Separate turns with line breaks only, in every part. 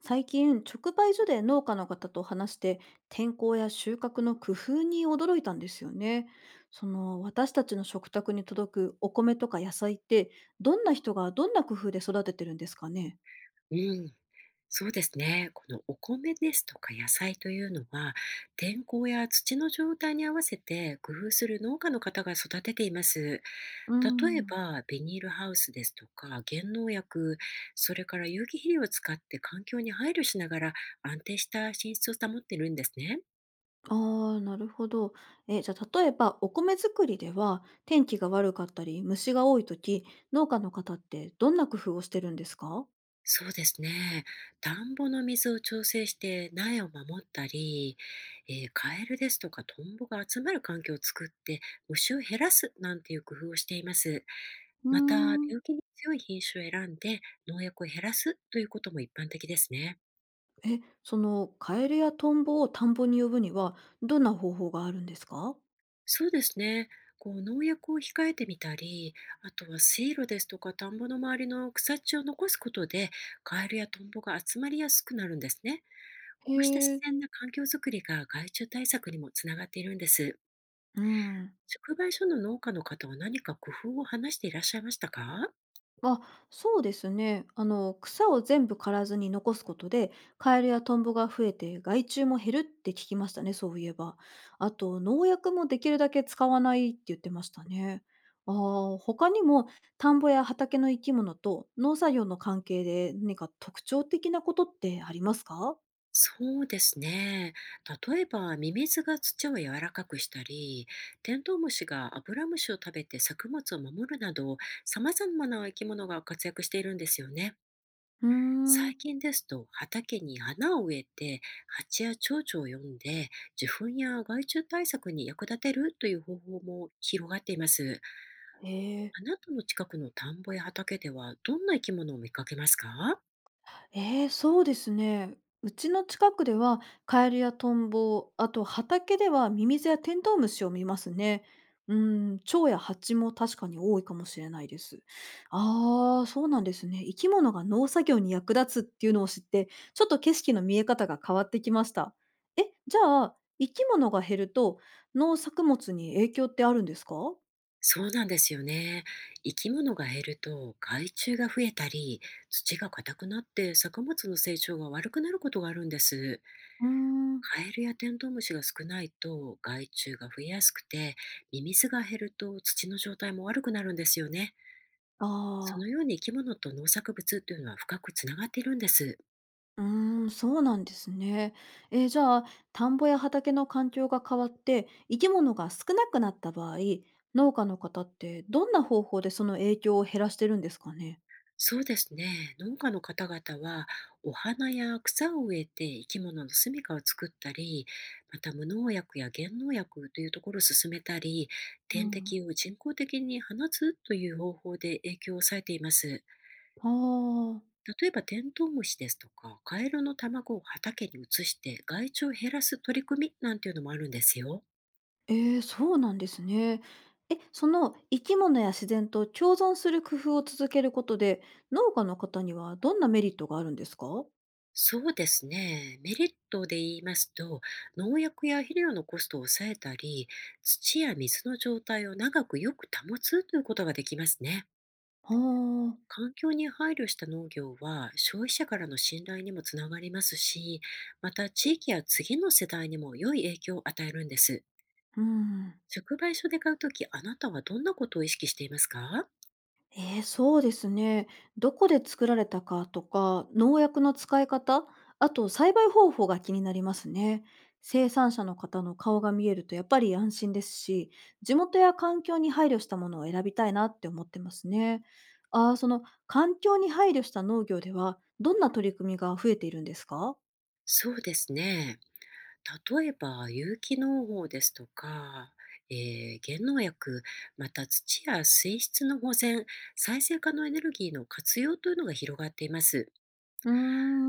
最近直売所で農家の方と話して天候や収穫の工夫に驚いたんですよね。その私たちの食卓に届くお米とか野菜ってどんな人がどんな工夫で育ててるんですかね。
うん、そうですね。このお米ですとか野菜というのは、天候や土の状態に合わせて工夫する農家の方が育てています。
う
例え
ん、
ば、ビニールハウスですとか、減農薬、それから有機肥料を使って環境に配慮しながら安定した品質を保っているんですね。
ああなるほど。じゃあ例えばお米作りでは天気が悪かったり虫が多い時、農家の方ってどんな工夫をしてるんですか。
そうですね。田んぼの水を調整して苗を守ったり、カエルですとかトンボが集まる環境を作って虫を減らすなんていう工夫をしています。
うー
また、
ん、
病気に強い品種を選んで農薬を減らすということも一般的ですね。
そのカエルやトンボを田んぼに呼ぶにはどんな方法があるんですか。
そうですね。こう農薬を控えてみたり、あとは水路ですとか田んぼの周りの草地を残すことで、カエルやトンボが集まりやすくなるんですね。
へ
こうした自
え。
然な環境づくりが害虫対策にもつながっているんです。
うん。
直売所の農家の方は何か工夫を話していらっしゃいましたか？
まあ、そうですね。草を全部刈らずに残すことで、カエルやトンボが増えて、害虫も減るって聞きましたね、そういえば。あと、農薬もできるだけ使わないって言ってましたね。ああ、他にも、田んぼや畑の生き物と農作業の関係で何か特徴的なことってありますか。
そうですね。例えば、ミミズが土を柔らかくしたり、テントウムシがアブラムシを食べて作物を守るなど、様々な生き物が活躍しているんですよね。
うー
最
ん。
近ですと、畑に花を植えて、蜂や蝶々を呼んで、受粉や害虫対策に役立てるという方法も広がっています。
へえ。
あなたの近くの田んぼや畑ではどんな生き物を見かけますか？
ええ、そうですね。うちの近くではカエルやトンボ、あと畑ではミミズやテントウムシを見ますね。うん、蝶や蜂も確かに多いかもしれないです。ああ、そうなんですね。生き物が農作業に役立つっていうのを知って、ちょっと景色の見え方が変わってきました。え、じゃあ、生き物が減ると農作物に影響ってあるんですか。
そうなんですよね。生き物が減ると害虫が増えたり、土が硬くなって作物の成長が悪くなることがあるんです。
うーん、
カエルやテントウムシが少ないと害虫が増えやすくて、ミミズが減ると土の状態も悪くなるんですよね。そ
ああ
の
ー。
ように生き物と農作物というのは深くつながっているんです。
うーん、そうなんですね。じゃあ、田んぼや畑の環境が変わって、生き物が少なくなった場合、農家の方ってどんな方法でその影響を減らしてるんですかね。
そうですね。農家の方々は、お花や草を植えて生き物の住みかを作ったり、また無農薬や減農薬というところを進めたり、
う
天
ん、
敵を人工的に放つという方法で影響を抑えています。
ああ、
例えば、テントウムシですとか、カエルの卵を畑に移して害虫を減らす取り組みなんていうのもあるんですよ。
えそうなんですね。え、その生き物や自然と共存する工夫を続けることで、農家の方にはどんなメリットがあるんですか。
そうですね。メリットで言いますと、農薬や肥料のコストを抑えたり、土や水の状態を長くよく保つということができますね。
ああー、
環境に配慮した農業は消費者からの信頼にもつながりますし、また地域や次の世代にも良い影響を与えるんです。
うん。
直売所で買うとき、あなたはどんなことを意識していますか？
そうですね。どこで作られたかとか、農薬の使い方、あと栽培方法が気になりますね。生産者の方の顔が見えるとやっぱり安心ですし、地元や環境に配慮したものを選びたいなって思ってますね。ああ、その環境に配慮した農業では、どんな取り組みが増えているんですか。
そうですね。例えば有機農法ですとか、減農薬、また土や水質の保全、再生可能エネルギーの活用というのが広がっています。
うー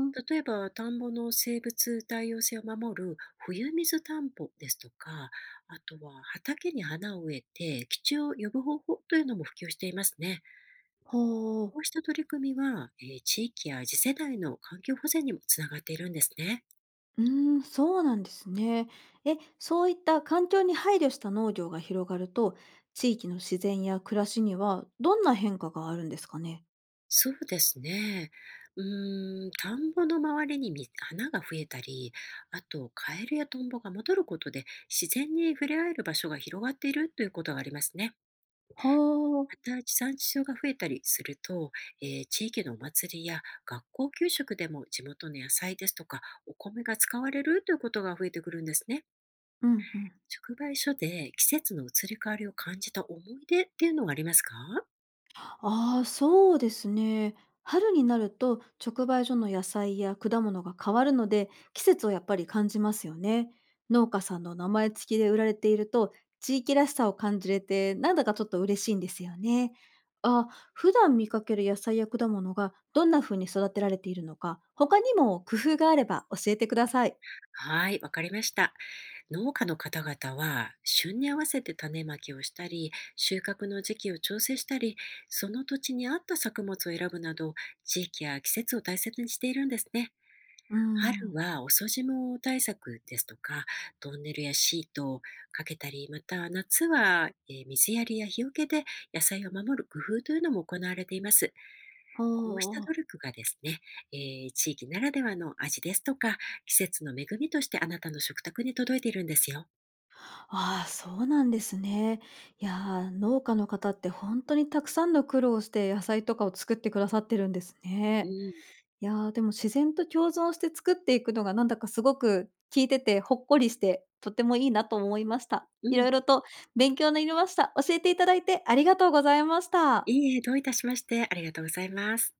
ん、
例えば、田んぼの生物多様性を守る冬水田んぼですとか、あとは畑に花を植えて基地を呼ぶ方法というのも普及していますね。
ほう。
こうした取り組みは、地域や次世代の環境保全にもつながっているんですね。
うーん、そうなんですね。え、そういった環境に配慮した農業が広がると、地域の自然や暮らしにはどんな変化があるんですかね？
そうですね。田んぼの周りにみ花が増えたり、あとカエルやトンボが戻ることで自然に触れ合える場所が広がっているということがありますね。
はあ、
また地産地消が増えたりすると、地域のお祭りや学校給食でも地元の野菜ですとかお米が使われるということが増えてくるんですね。
うんうん。
直売所で季節の移り変わりを感じた思い出っていうのはありますか？
ああ、そうですね。春になると直売所の野菜や果物が変わるので季節をやっぱり感じますよね。農家さんの名前付きで売られていると地域らしさを感じれてなんだかちょっと嬉しいんですよね。あ、普段見かける野菜や果物がどんな風に育てられているのか他にも工夫があれば教えてください。
はい、わかりました。農家の方々は旬に合わせて種まきをしたり、収穫の時期を調整したり、その土地に合った作物を選ぶなど、地域や季節を大切にしているんですね。
うー
春
ん。
は遅霜対策ですとか、トンネルやシートをかけたり、また夏は水やりや日よけで野菜を守る工夫というのも行われています。
ほ
こうした
お
努
ー、
力がですね、え地域ならではの味ですとか、季節の恵みとしてあなたの食卓に届いているんですよ。
ああ、そうなんですね。いやー、農家の方って本当にたくさんの苦労をして野菜とかを作ってくださってるんです
う
ね。
ん
いやー、でも自然と共存して作っていくのがなんだかすごく聞いててほっこりして、とてもいいなと思いました。
う
いろ
ん、
いろと勉強になりました。教えていただいてありがとうございました。
いいえ、どういたしまして。ありがとうございます。